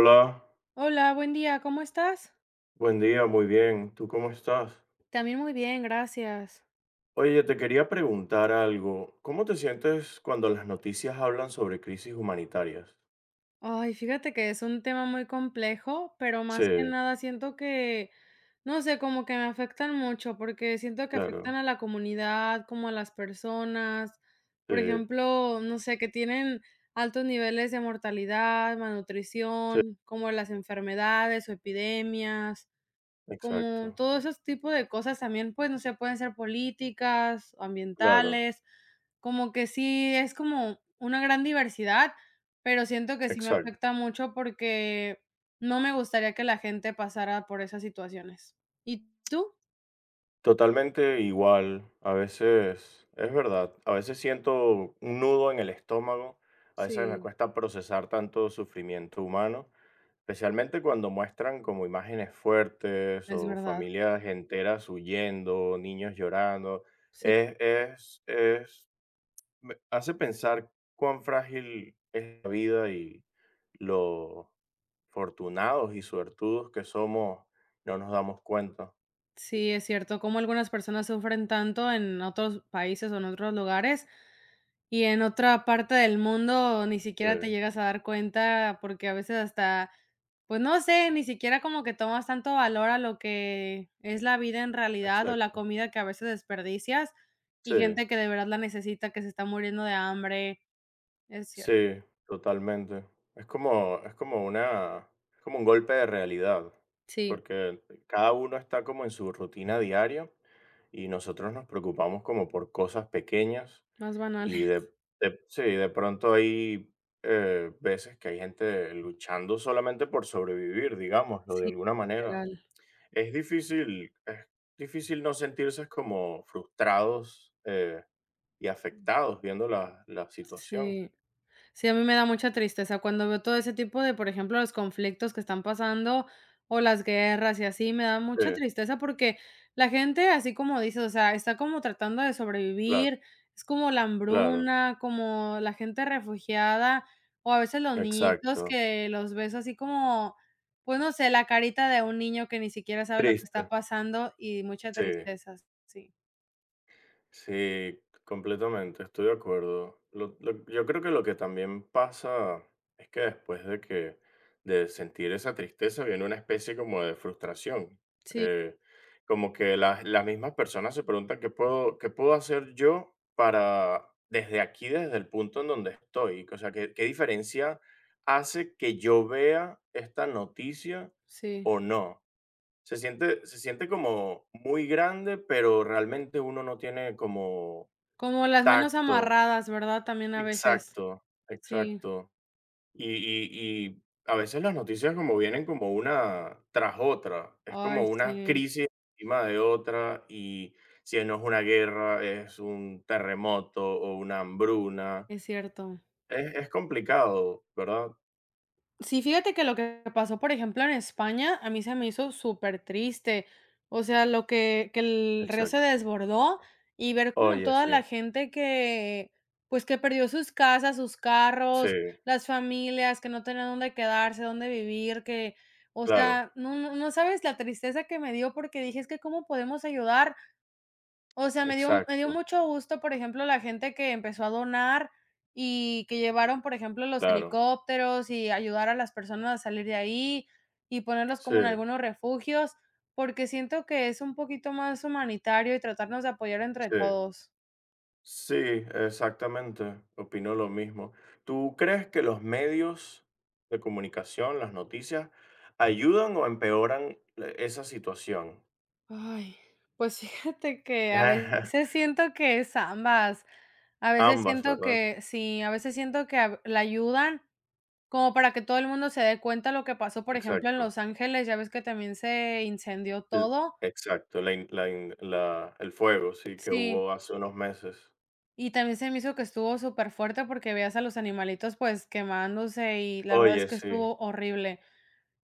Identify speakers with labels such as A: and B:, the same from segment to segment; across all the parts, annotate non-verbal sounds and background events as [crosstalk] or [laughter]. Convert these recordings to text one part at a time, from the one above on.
A: Hola,
B: Hola, buen día, ¿cómo estás?
A: buen día, muy bien. ¿Tú cómo estás?
B: También muy bien, gracias.
A: Oye, te quería preguntar algo. ¿Cómo te sientes cuando las noticias hablan sobre crisis humanitarias?
B: Ay, fíjate que es un tema muy complejo, pero
A: Sí,
B: más que nada siento que, no sé, como que me afectan mucho, porque siento que afectan
A: claro,
B: a la comunidad, como a las personas, por
A: sí,
B: ejemplo, no sé, que tienen altos niveles de mortalidad,
A: sí,
B: malnutrición, como las enfermedades o epidemias. Como
A: exacto,
B: todos esos tipos de cosas también, pues, no sé, pueden ser políticas, o
A: claro,
B: ambientales, como que sí es como una gran diversidad, pero siento que sí me
A: exacto.
B: afecta mucho porque no me gustaría que la gente pasara por esas situaciones. ¿Y tú?
A: Totalmente igual. A veces, es verdad, a veces siento un nudo en el estómago, a veces me
B: Sí.
A: cuesta procesar tanto sufrimiento humano. Especialmente cuando muestran como imágenes fuertes
B: Es
A: o
B: verdad.
A: familias enteras huyendo, niños llorando,
B: Sí,
A: es, es, es, me hace pensar cuán frágil es la vida y lo fortunados y suertudos que somos, no nos damos cuenta.
B: sí, es cierto, como algunas personas sufren tanto en otros países o en otros lugares, y en otra parte del mundo ni
A: Sí,
B: siquiera te llegas a dar cuenta, porque a veces hasta. Pues no sé, ni siquiera como que tomas tanto valor a lo que es la vida en realidad o la
A: exacto.
B: comida que a veces desperdicias
A: Sí,
B: y gente que de verdad la necesita, que se está muriendo de hambre. Es cierto.
A: sí, totalmente. Es como una, es como un golpe de realidad,
B: Sí,
A: porque cada uno está como en su rutina diaria, y nosotros nos preocupamos como por cosas pequeñas
B: más
A: y
B: banales.
A: de, de pronto hay veces que hay gente luchando solamente por sobrevivir, digámoslo, de
B: Sí,
A: alguna manera.
B: literal.
A: Es difícil no sentirse como frustrados y afectados viendo la situación.
B: Sí. Sí, a mí me da mucha tristeza cuando veo todo ese tipo de, por ejemplo, los conflictos que están pasando o las guerras y así, me da
A: Sí,
B: mucha tristeza porque la gente, así como dices, o sea, está como tratando de
A: claro,
B: sobrevivir, es como la
A: claro,
B: hambruna, como la gente refugiada o a veces los niñitos
A: exacto.
B: que los ves así como, pues no sé, la carita de un niño que ni siquiera sabe lo que
A: Triste,
B: está pasando y mucha
A: sí.
B: tristeza, sí.
A: Sí, completamente, estoy de acuerdo. Yo creo que lo que también pasa es que después de que de sentir esa tristeza viene una especie como de frustración.
B: Sí,
A: Eh, Como que las mismas personas se preguntan qué puedo hacer yo para desde aquí, desde el punto en donde estoy. O sea, ¿qué, qué diferencia hace que yo vea esta noticia
B: sí.
A: o no? Se siente como muy grande, pero realmente uno no tiene como
B: Como las manos
A: tacto.
B: amarradas, ¿verdad? También a veces,
A: Exacto,
B: sí.
A: exacto. Y a veces las noticias como vienen como una tras otra, es como
B: Ay,
A: una
B: sí,
A: crisis encima de otra, y si no es una guerra, es un terremoto o una hambruna.
B: es cierto.
A: Es complicado, ¿verdad?
B: Sí, fíjate que lo que pasó, por ejemplo, en España, a mí se me hizo súper triste. O sea, lo que el río se
A: Exacto.
B: desbordó y ver como
A: Oye,
B: toda la
A: sí,
B: gente que, pues, que perdió sus casas, sus
A: sí,
B: carros, las familias que no tenían dónde quedarse, dónde vivir, que, o
A: claro,
B: sea, no sabes la tristeza que me dio porque dije: "Es que, ¿cómo podemos ayudar?". O sea, me dio
A: exacto,
B: mucho gusto, por ejemplo, la gente que empezó a donar y que llevaron, por ejemplo, los
A: claro.
B: helicópteros y ayudar a las personas a salir de ahí y ponerlos
A: Sí,
B: como en algunos refugios, porque siento que es un poquito más humanitario y tratarnos de apoyar entre
A: sí.
B: todos.
A: Sí, exactamente, opino lo mismo. ¿Tú crees que los medios de comunicación, las noticias, ayudan o empeoran esa situación?
B: Ay, pues fíjate que a veces
A: [laughs]
B: siento que es ambas. A veces
A: Ambas,
B: siento
A: ¿verdad?
B: que sí, a veces siento que a la ayudan, como para que todo el mundo se dé cuenta lo que pasó, por ejemplo, en
A: Exacto.
B: Los Ángeles, ya ves que también se incendió
A: El-
B: todo.
A: Exacto, el fuego, sí, que
B: Sí,
A: hubo hace unos meses.
B: y también se me hizo que estuvo superfuerte porque veías a los animalitos, pues, quemándose, y la verdad es
A: Oye,
B: que
A: sí,
B: estuvo horrible.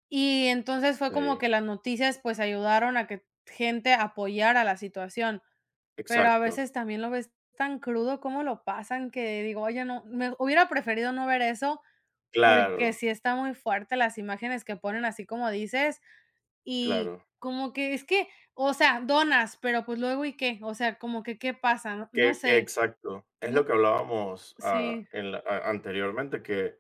B: Y entonces fue como
A: sí,
B: que las noticias, pues, ayudaron a que gente apoyara la situación, pero a
A: exacto.
B: veces también lo ves tan crudo cómo lo pasan, que digo: "Oye, no, me hubiera preferido no ver eso", porque
A: Claro,
B: sí está muy fuerte las imágenes que ponen, así como dices. Y
A: claro.
B: como que es que, o sea, donas, pero, pues, luego, ¿y qué? O sea, como que, ¿qué pasa? No no
A: Que
B: sé,
A: Exacto. Es lo
B: no
A: que hablábamos
B: sí,
A: en anteriormente, que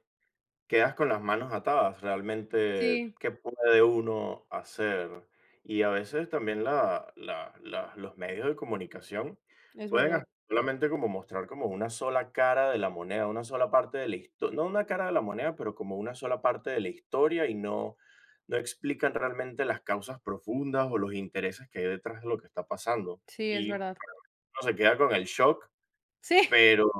A: quedas con las manos atadas, realmente,
B: sí,
A: ¿qué puede uno hacer? Y a veces también los medios de comunicación
B: es
A: pueden
B: verdad.
A: hasta solamente como mostrar como una sola cara de la moneda, una sola parte de la historia, no una cara de la moneda, pero como una sola parte de la historia y no, no explican realmente las causas profundas o los intereses que hay detrás de lo que está pasando.
B: Sí, es
A: Y
B: verdad.
A: uno se queda con el shock,
B: Sí.
A: pero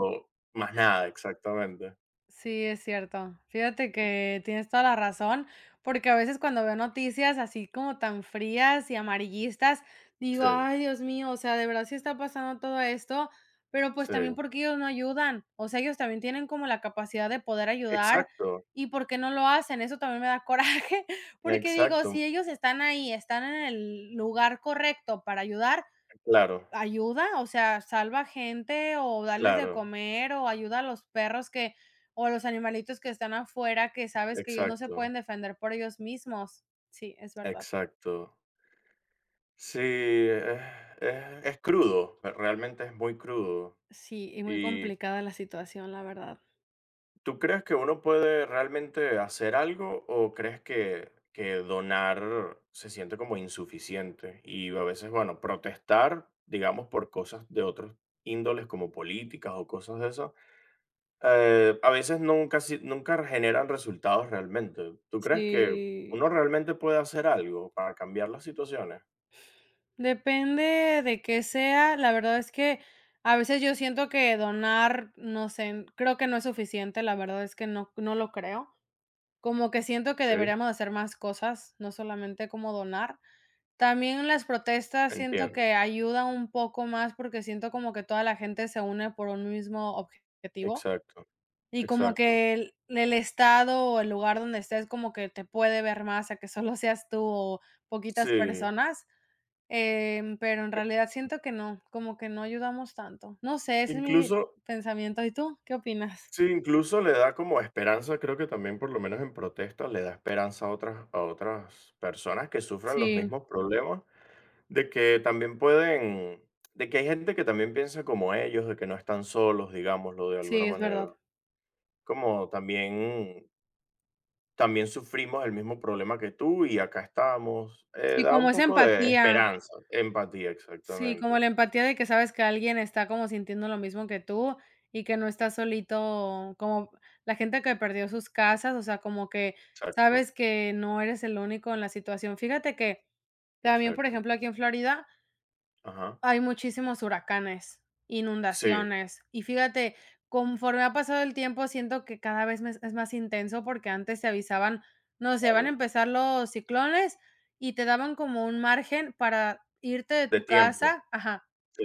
A: más nada, exactamente.
B: Sí, es cierto. Fíjate que tienes toda la razón, porque a veces cuando veo noticias así como tan frías y amarillistas, digo,
A: Sí,
B: ay, Dios mío, o sea, de verdad sí está pasando todo esto, pero pues
A: sí,
B: también porque ellos no ayudan, o sea, ellos también tienen como la capacidad de poder ayudar
A: exacto.
B: y porque no lo hacen, eso también me da coraje, [laughs] porque digo,
A: Exacto,
B: si ellos están ahí, están en el lugar correcto para ayudar,
A: claro,
B: ayuda, o sea, salva gente, o darles de
A: claro,
B: comer, o ayuda a los perros que o a los animalitos que están afuera, que sabes que ellos no se
A: exacto,
B: pueden defender por ellos mismos. Sí, es verdad.
A: exacto. Sí, es, es crudo, realmente es muy crudo.
B: Sí, y muy
A: ¿Y
B: complicada la situación, la verdad.
A: tú crees que uno puede realmente hacer algo o crees que donar se siente como insuficiente? Y a veces, bueno, protestar, digamos, por cosas de otros índoles como políticas o cosas de esas. A veces nunca, nunca generan resultados realmente. ¿Tú crees que
B: Sí,
A: uno realmente puede hacer algo para cambiar las situaciones?
B: depende de qué sea. La verdad es que a veces yo siento que donar, no sé, creo que no es suficiente, la verdad es que no no lo creo. Como que siento que
A: Sí,
B: deberíamos hacer más cosas, no solamente como donar. También las protestas siento que
A: entiendo.
B: ayudan un poco más, porque siento como que toda la gente se une por un mismo objetivo,
A: Exacto,
B: y como
A: exacto.
B: que el estado o el lugar donde estés como que te puede ver más a que solo [laughs] seas tú o poquitas
A: Sí,
B: personas, pero en realidad siento que no, como que no ayudamos tanto. No sé, ese es mi
A: incluso,
B: pensamiento, ¿y tú? ¿Qué opinas?
A: sí, incluso le da como esperanza, creo que también por lo menos en protesta le da esperanza a otras personas que sufran los
B: Sí,
A: mismos problemas, de que también pueden, de que hay gente que también piensa como ellos, de que no están solos, digámoslo de alguna
B: sí, es verdad.
A: manera como también. También sufrimos el mismo problema que tú y acá estamos.
B: Sí,
A: Da
B: como
A: un
B: esa
A: poco de
B: empatía.
A: esperanza, empatía,
B: Sí,
A: exactamente.
B: como la empatía de que sabes que alguien está como sintiendo lo mismo que tú y que no estás solito, como la gente que perdió sus casas, o sea, como que
A: Exacto,
B: sabes que no eres el único en la situación. Fíjate que también, por
A: exacto.
B: ejemplo, aquí en Florida
A: Ajá.
B: hay muchísimos huracanes,
A: Sí,
B: inundaciones, y fíjate, conforme ha pasado el tiempo, siento que cada vez es más intenso porque antes te avisaban, no sé, van a
A: claro.
B: empezar los ciclones y te daban como un margen para irte de
A: De
B: tu
A: tiempo.
B: casa, ajá
A: Sí,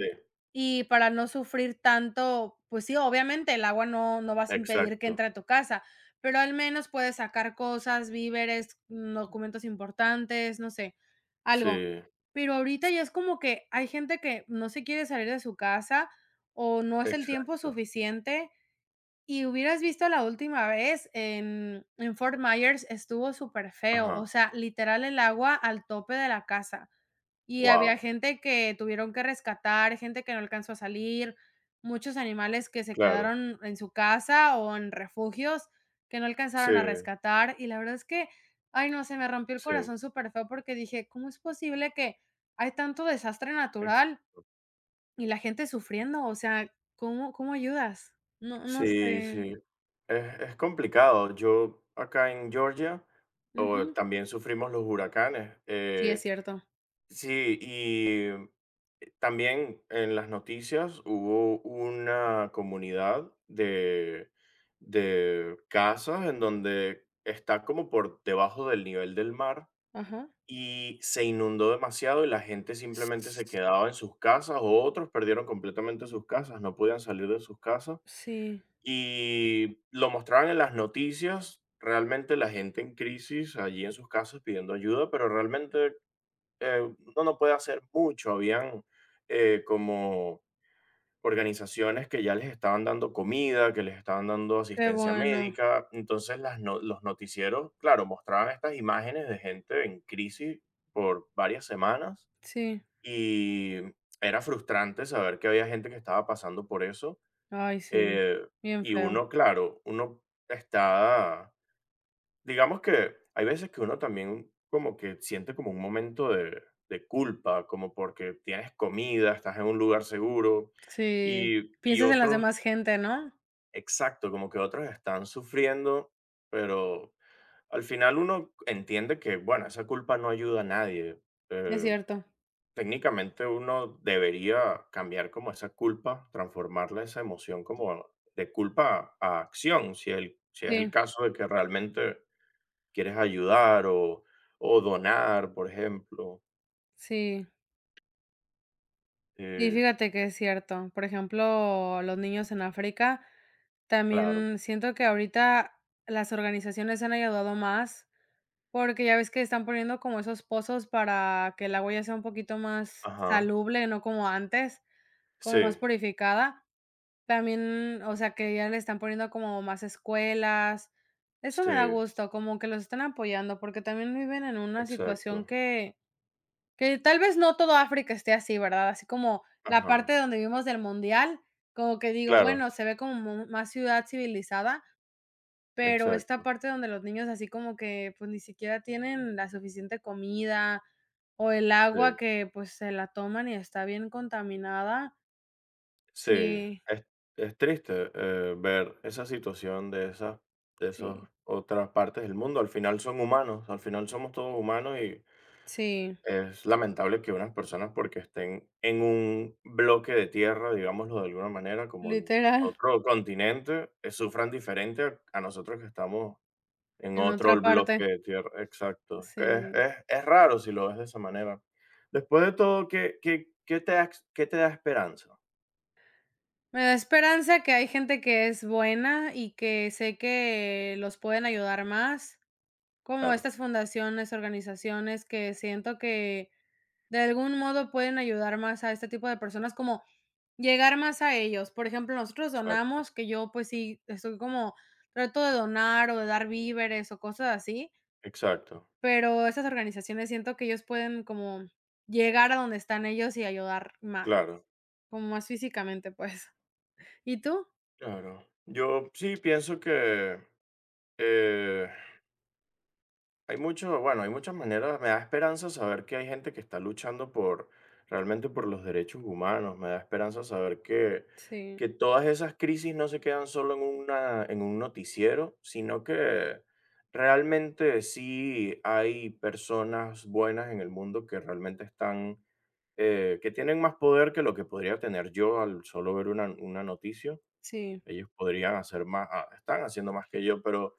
B: y para no sufrir tanto, pues sí, obviamente el agua no vas a impedir que entre
A: exacto.
B: a tu casa, pero al menos puedes sacar cosas, víveres, documentos importantes, no sé, algo.
A: Sí,
B: Pero ahorita ya es como que hay gente que no se quiere salir de su casa o no es el tiempo
A: exacto.
B: suficiente. Y hubieras visto la última vez en Fort Myers estuvo súper feo,
A: Ajá.
B: o sea, literal el agua al tope de la casa. Y había
A: Wow.
B: gente que tuvieron que rescatar, gente que no alcanzó a salir, muchos animales que se
A: Claro.
B: quedaron en su casa o en refugios que no
A: Sí,
B: alcanzaron a rescatar. Y la verdad es que, ay no, se me rompió el
A: sí,
B: corazón súper feo porque dije: "¿Cómo es posible que hay tanto desastre natural
A: exacto.
B: y la gente sufriendo?". O sea, ¿cómo ayudas? No no
A: Sí,
B: sé.
A: sí. Es complicado. Yo acá en Georgia o
B: Ujú.
A: también sufrimos los huracanes.
B: Sí, es cierto.
A: Sí, y también en las noticias hubo una comunidad de casas en donde está como por debajo del nivel del mar
B: Ajá.
A: y se inundó demasiado y la gente simplemente se quedaba en sus casas o otros perdieron completamente sus casas, no podían salir de sus casas
B: Sí,
A: y lo mostraban en las noticias. Realmente la gente en crisis allí en sus casas pidiendo ayuda, pero realmente uno no puede hacer mucho. Habían como organizaciones que ya les estaban dando comida, que les estaban dando
B: qué
A: asistencia
B: bueno.
A: médica. Entonces las no- los noticieros, claro, mostraban estas imágenes de gente en crisis por varias semanas
B: Sí.
A: y era frustrante saber que había gente que estaba pasando por eso.
B: Ay, sí,
A: eh,
B: bien
A: y
B: feo.
A: uno, claro, uno está. Digamos que hay veces que uno también como que siente como un momento de culpa, como porque tienes comida, estás en un lugar seguro
B: Sí,
A: y
B: piensas en las
A: otros,
B: demás gente, ¿no?
A: exacto, como que otros están sufriendo, pero al final uno entiende que, bueno, esa culpa no ayuda a nadie.
B: Es
A: Eh,
B: cierto.
A: Técnicamente uno debería cambiar como esa culpa, transformarla esa emoción como de culpa a acción, si, el, si es el
B: Sí,
A: caso de que realmente quieres ayudar o donar, por ejemplo.
B: sí. Y
A: Eh,
B: fíjate que es cierto. Por ejemplo, los niños en África,
A: claro,
B: también siento que ahorita las organizaciones han ayudado más, porque ya ves que están poniendo como esos pozos para que el agua ya sea un poquito más
A: ajá,
B: salubre, no como antes, como más
A: sí,
B: purificada. También, o sea, que ya le están poniendo como más escuelas. Eso me da
A: sí,
B: gusto, como que los están apoyando, porque también viven en una situación
A: exacto,
B: que tal vez no todo África esté así, ¿verdad? Así como la parte
A: ajá,
B: donde vivimos del mundial, como que digo,
A: claro,
B: bueno, se ve como mu más ciudad civilizada, pero esta
A: exacto,
B: parte donde los niños así como que, pues, ni siquiera tienen la suficiente comida, o el agua
A: sí,
B: que, pues, se la toman y está bien contaminada.
A: sí.
B: Sí,
A: Es, es triste ver esa situación de esas
B: sí,
A: otras partes del mundo. Al final son humanos, al final somos todos humanos y
B: sí.
A: es lamentable que unas personas porque estén en un bloque de tierra, digámoslo de alguna manera, como en
B: Literal,
A: otro continente, sufran diferente a nosotros que estamos en
B: en
A: otro
B: otra parte,
A: bloque de tierra. Exacto. Es, que es,
B: sí.
A: es raro si lo ves de esa manera. Después de todo, ¿ qué te da esperanza?
B: Me da esperanza que hay gente que es buena y que sé que los pueden ayudar más, como
A: Claro,
B: estas fundaciones, organizaciones que siento que de algún modo pueden ayudar más a este tipo de personas, como llegar más a ellos. Por ejemplo, nosotros
A: exacto,
B: donamos, que yo pues sí, estoy como trato de donar o de dar víveres o cosas así,
A: exacto,
B: pero esas organizaciones siento que ellos pueden como llegar a donde están ellos y ayudar más.
A: claro,
B: Como más físicamente, pues. ¿Y tú?
A: claro. Yo sí pienso que eh, hay mucho, bueno, hay muchas maneras. Me da esperanza saber que hay gente que está luchando por realmente por los derechos humanos. Me da esperanza saber
B: Sí,
A: que todas esas crisis no se quedan solo en una, en un noticiero, sino que realmente sí hay personas buenas en el mundo que realmente están, que tienen más poder que lo que podría tener yo al solo ver una noticia.
B: sí,
A: Ellos podrían hacer más, están haciendo más que yo, pero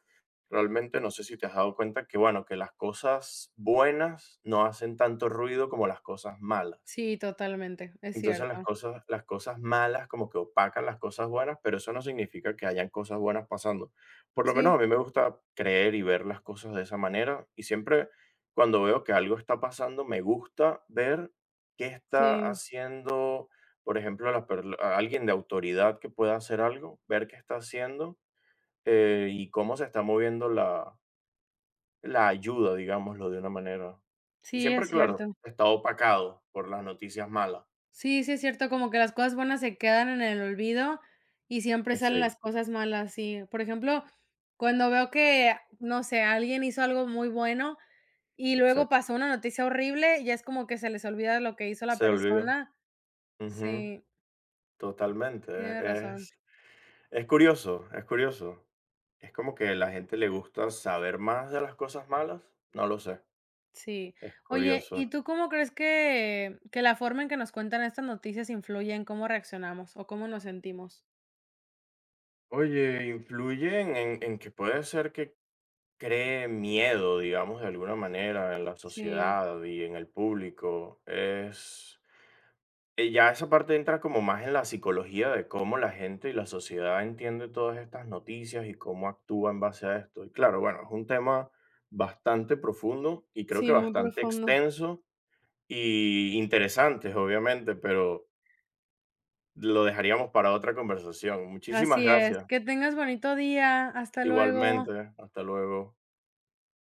A: realmente no sé si te has dado cuenta que, bueno, que las cosas buenas no hacen tanto ruido como las cosas malas.
B: sí, totalmente, es
A: Entonces
B: cierto.
A: las cosas malas como que opacan las cosas buenas, pero eso no significa que hayan cosas buenas pasando. Por lo menos
B: Sí,
A: a mí me gusta creer y ver las cosas de esa manera y siempre cuando veo que algo está pasando, me gusta ver qué está
B: sí,
A: haciendo, por ejemplo, a alguien de autoridad que pueda hacer algo, ver qué está haciendo y cómo se está moviendo la ayuda, digámoslo de una manera. Y
B: sí,
A: siempre,
B: es
A: claro,
B: cierto.
A: está opacado por las noticias malas.
B: Sí, sí, es cierto, como que las cosas buenas se quedan en el olvido y siempre salen
A: Sí,
B: las cosas malas, sí. Por ejemplo, cuando veo que, no sé, alguien hizo algo muy bueno y luego
A: exacto.
B: pasó una noticia horrible, ya es como que se les olvida lo que hizo la
A: Se olvida.
B: persona.
A: Ujú,
B: Sí,
A: totalmente.
B: tienes razón.
A: Es es curioso, es curioso. Es como que a la gente le gusta saber más de las cosas malas. No lo sé.
B: Sí.
A: Es
B: Oye, ¿y
A: curioso.
B: tú cómo crees que la forma en que nos cuentan estas noticias influye en cómo reaccionamos o cómo nos sentimos?
A: Oye, influyen en que puede ser que cree miedo, digamos, de alguna manera en la
B: Sí,
A: sociedad y en el público. Es. Ya esa parte entra como más en la psicología de cómo la gente y la sociedad entiende todas estas noticias y cómo actúa en base a esto. Y claro, bueno, es un tema bastante profundo y creo que
B: sí, muy
A: bastante
B: profundo.
A: extenso y interesante, obviamente, pero lo dejaríamos para otra conversación. Muchísimas
B: Así es.
A: gracias.
B: Que tengas bonito día. Hasta luego.
A: Igualmente, hasta luego.